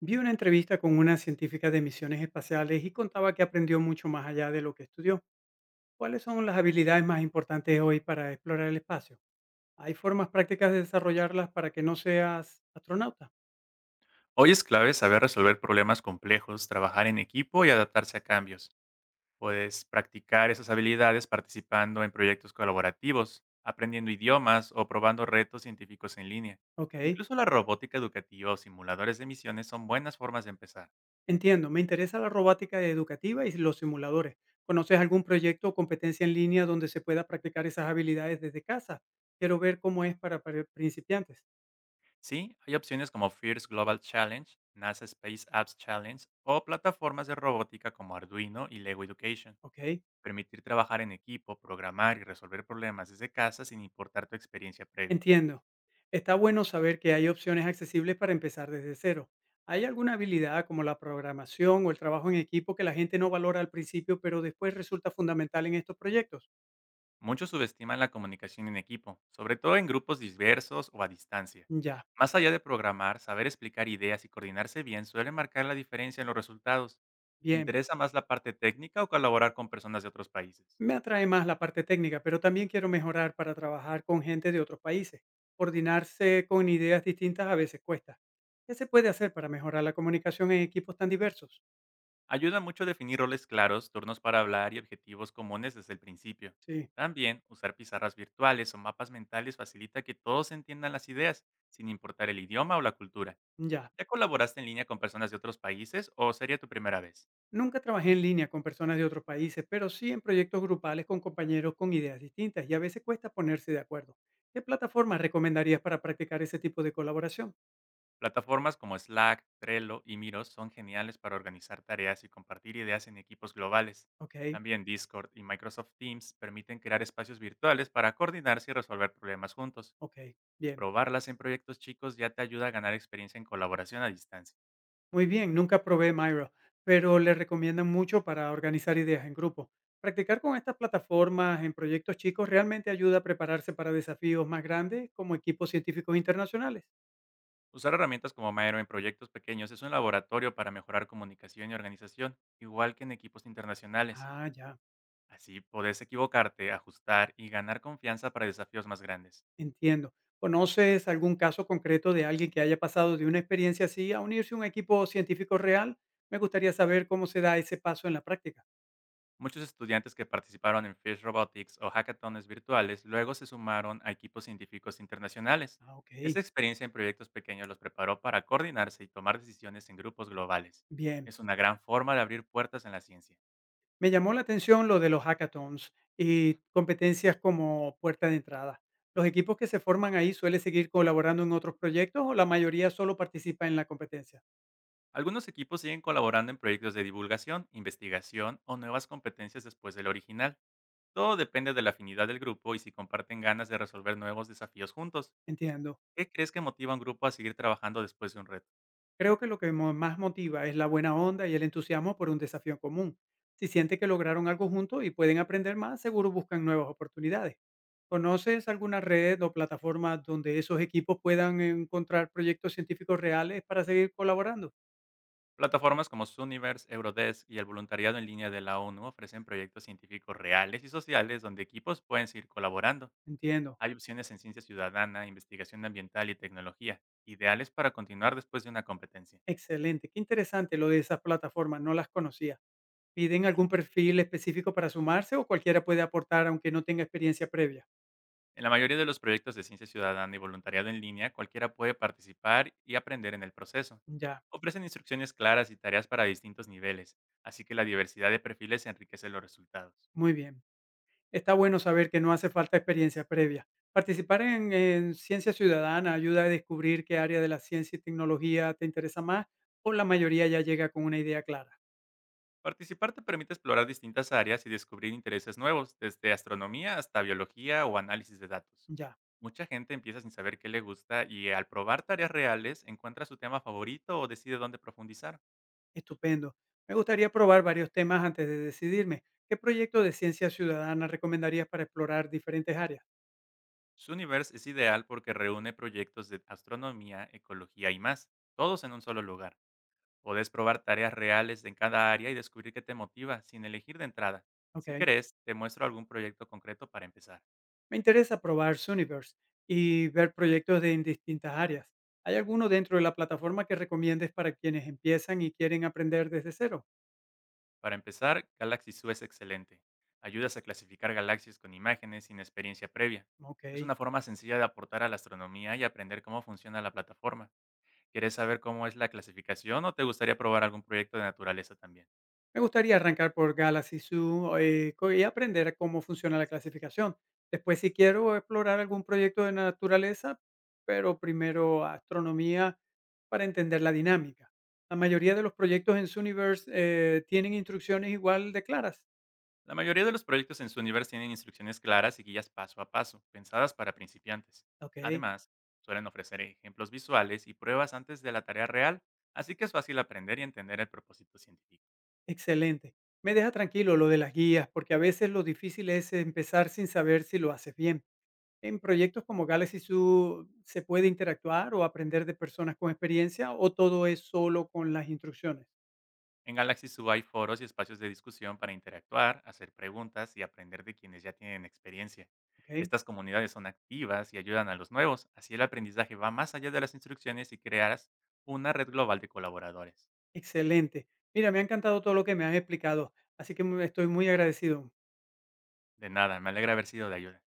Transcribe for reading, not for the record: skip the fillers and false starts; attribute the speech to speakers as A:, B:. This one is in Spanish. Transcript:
A: Vi una entrevista con una científica de misiones espaciales y contaba que aprendió mucho más allá de lo que estudió. ¿Cuáles son las habilidades más importantes hoy para explorar el espacio? ¿Hay formas prácticas de desarrollarlas para que no seas astronauta?
B: Hoy es clave saber resolver problemas complejos, trabajar en equipo y adaptarse a cambios. Puedes practicar esas habilidades participando en proyectos colaborativos, aprendiendo idiomas o probando retos científicos en línea.
A: Ok,
B: Incluso la robótica educativa o simuladores de misiones son buenas formas de empezar.
A: entiendo. Me interesa la robótica educativa y los simuladores. ¿Conoces algún proyecto o competencia en línea donde se pueda practicar esas habilidades desde casa? Quiero ver cómo es para principiantes.
B: Sí, hay opciones como FIRST Global Challenge, NASA Space Apps Challenge o plataformas de robótica como Arduino y Lego Education.
A: Ok.
B: Permitir trabajar en equipo, programar y resolver problemas desde casa sin importar tu experiencia previa.
A: Entiendo. Está bueno saber que hay opciones accesibles para empezar desde cero. ¿Hay alguna habilidad como la programación o el trabajo en equipo que la gente no valora al principio, pero después resulta fundamental en estos proyectos?
B: Muchos subestiman la comunicación en equipo, sobre todo en grupos diversos o a distancia.
A: Ya,
B: Más allá de programar, saber explicar ideas y coordinarse bien suele marcar la diferencia en los resultados. ¿Te
A: bien.
B: interesa más la parte técnica o colaborar con personas de otros países?
A: Me atrae más la parte técnica, pero también quiero mejorar para trabajar con gente de otros países. Coordinarse con ideas distintas a veces cuesta. ¿Qué se puede hacer para mejorar la comunicación en equipos tan diversos?
B: Ayuda mucho definir roles claros, turnos para hablar y objetivos comunes desde el principio.
A: Sí,
B: También, usar pizarras virtuales o mapas mentales facilita que todos entiendan las ideas, sin importar el idioma o la cultura.
A: ya.
B: ¿Ya colaboraste en línea con personas de otros países o sería tu primera vez?
A: Nunca trabajé en línea con personas de otros países, pero sí en proyectos grupales con compañeros con ideas distintas y a veces cuesta ponerse de acuerdo. ¿Qué plataformas recomendarías para practicar ese tipo de colaboración?
B: Plataformas como Slack, Trello y Miro son geniales para organizar tareas y compartir ideas en equipos globales.
A: Ok,
B: También Discord y Microsoft Teams permiten crear espacios virtuales para coordinarse y resolver problemas juntos.
A: ok, bien.
B: Probarlas en proyectos chicos ya te ayuda a ganar experiencia en colaboración a distancia.
A: Muy bien, nunca probé Miro, pero le recomiendan mucho para organizar ideas en grupo. Practicar con estas plataformas en proyectos chicos realmente ayuda a prepararse para desafíos más grandes como equipos científicos internacionales.
B: Usar herramientas como Miro en proyectos pequeños es un laboratorio para mejorar comunicación y organización, igual que en equipos internacionales.
A: Ah, ya.
B: Así podés equivocarte, ajustar y ganar confianza para desafíos más grandes.
A: Entiendo. ¿Conoces algún caso concreto de alguien que haya pasado de una experiencia así a unirse a un equipo científico real? Me gustaría saber cómo se da ese paso en la práctica.
B: Muchos estudiantes que participaron en Fish Robotics o hackatones virtuales luego se sumaron a equipos científicos internacionales.
A: Ah, ok.
B: Esta experiencia en proyectos pequeños los preparó para coordinarse y tomar decisiones en grupos globales.
A: Bien.
B: Es una gran forma de abrir puertas en la ciencia.
A: Me llamó la atención lo de los hackathons y competencias como puerta de entrada. ¿Los equipos que se forman ahí suelen seguir colaborando en otros proyectos o la mayoría solo participa en la competencia?
B: Algunos equipos siguen colaborando en proyectos de divulgación, investigación o nuevas competencias después del original. Todo depende de la afinidad del grupo y si comparten ganas de resolver nuevos desafíos juntos.
A: Entiendo.
B: ¿Qué crees que motiva a un grupo a seguir trabajando después de un reto?
A: Creo que lo que más motiva es la buena onda y el entusiasmo por un desafío común. Si sienten que lograron algo juntos y pueden aprender más, seguro buscan nuevas oportunidades. ¿Conoces alguna red o plataforma donde esos equipos puedan encontrar proyectos científicos reales para seguir colaborando?
B: Plataformas como Suniverse, Eurodesk y el voluntariado en línea de la ONU ofrecen proyectos científicos reales y sociales donde equipos pueden seguir colaborando.
A: Entiendo.
B: Hay opciones en ciencia ciudadana, investigación ambiental y tecnología, ideales para continuar después de una competencia.
A: Excelente. Qué interesante lo de esas plataformas. No las conocía. ¿Piden algún perfil específico para sumarse o cualquiera puede aportar aunque no tenga experiencia previa?
B: En la mayoría de los proyectos de ciencia ciudadana y voluntariado en línea, cualquiera puede participar y aprender en el proceso.
A: Ya,
B: Ofrecen instrucciones claras y tareas para distintos niveles, así que la diversidad de perfiles enriquece los resultados.
A: muy bien. Está bueno saber que no hace falta experiencia previa. Participar en Ciencia Ciudadana ayuda a descubrir qué área de la ciencia y tecnología te interesa más o la mayoría ya llega con una idea clara.
B: Participar te permite explorar distintas áreas y descubrir intereses nuevos, desde astronomía hasta biología o análisis de datos.
A: Ya,
B: Mucha gente empieza sin saber qué le gusta y al probar tareas reales encuentra su tema favorito o decide dónde profundizar.
A: estupendo. Me gustaría probar varios temas antes de decidirme. ¿Qué proyecto de ciencia ciudadana recomendarías para explorar diferentes áreas?
B: Universe es ideal porque reúne proyectos de astronomía, ecología y más, todos en un solo lugar. Podés probar tareas reales en cada área y descubrir qué te motiva sin elegir de entrada.
A: Ok.
B: Si querés, te muestro algún proyecto concreto para empezar.
A: Me interesa probar Suniverse y ver proyectos de en distintas áreas. ¿Hay alguno dentro de la plataforma que recomiendes para quienes empiezan y quieren aprender desde cero?
B: Para empezar, Galaxy Zoo es excelente. Ayudas a clasificar galaxias con imágenes sin experiencia previa. Es
A: Ok.
B: una forma sencilla de aportar a la astronomía y aprender cómo funciona la plataforma. ¿Quieres saber cómo es la clasificación o te gustaría probar algún proyecto de naturaleza también?
A: Me gustaría arrancar por Galaxy Zoo, y aprender cómo funciona la clasificación. Después, si quiero explorar algún proyecto de naturaleza, pero primero astronomía para entender la dinámica. La mayoría de los proyectos en Zooniverse tienen instrucciones igual de claras.
B: La mayoría de los proyectos en su universo tienen instrucciones claras y guías paso a paso, pensadas para principiantes.
A: Ok,
B: Además, suelen ofrecer ejemplos visuales y pruebas antes de la tarea real, así que es fácil aprender y entender el propósito científico.
A: excelente. Me deja tranquilo lo de las guías, porque a veces lo difícil es empezar sin saber si lo haces bien. En proyectos como Galaxy Zoo, ¿se puede interactuar o aprender de personas con experiencia o todo es solo con las instrucciones?
B: En Galaxy Zoo hay foros y espacios de discusión para interactuar, hacer preguntas y aprender de quienes ya tienen experiencia.
A: Ok,
B: Estas comunidades son activas y ayudan a los nuevos, así el aprendizaje va más allá de las instrucciones y crearás una red global de colaboradores.
A: excelente. Mira, me ha encantado todo lo que me has explicado, así que estoy muy agradecido.
B: De nada, me alegra haber sido de ayuda.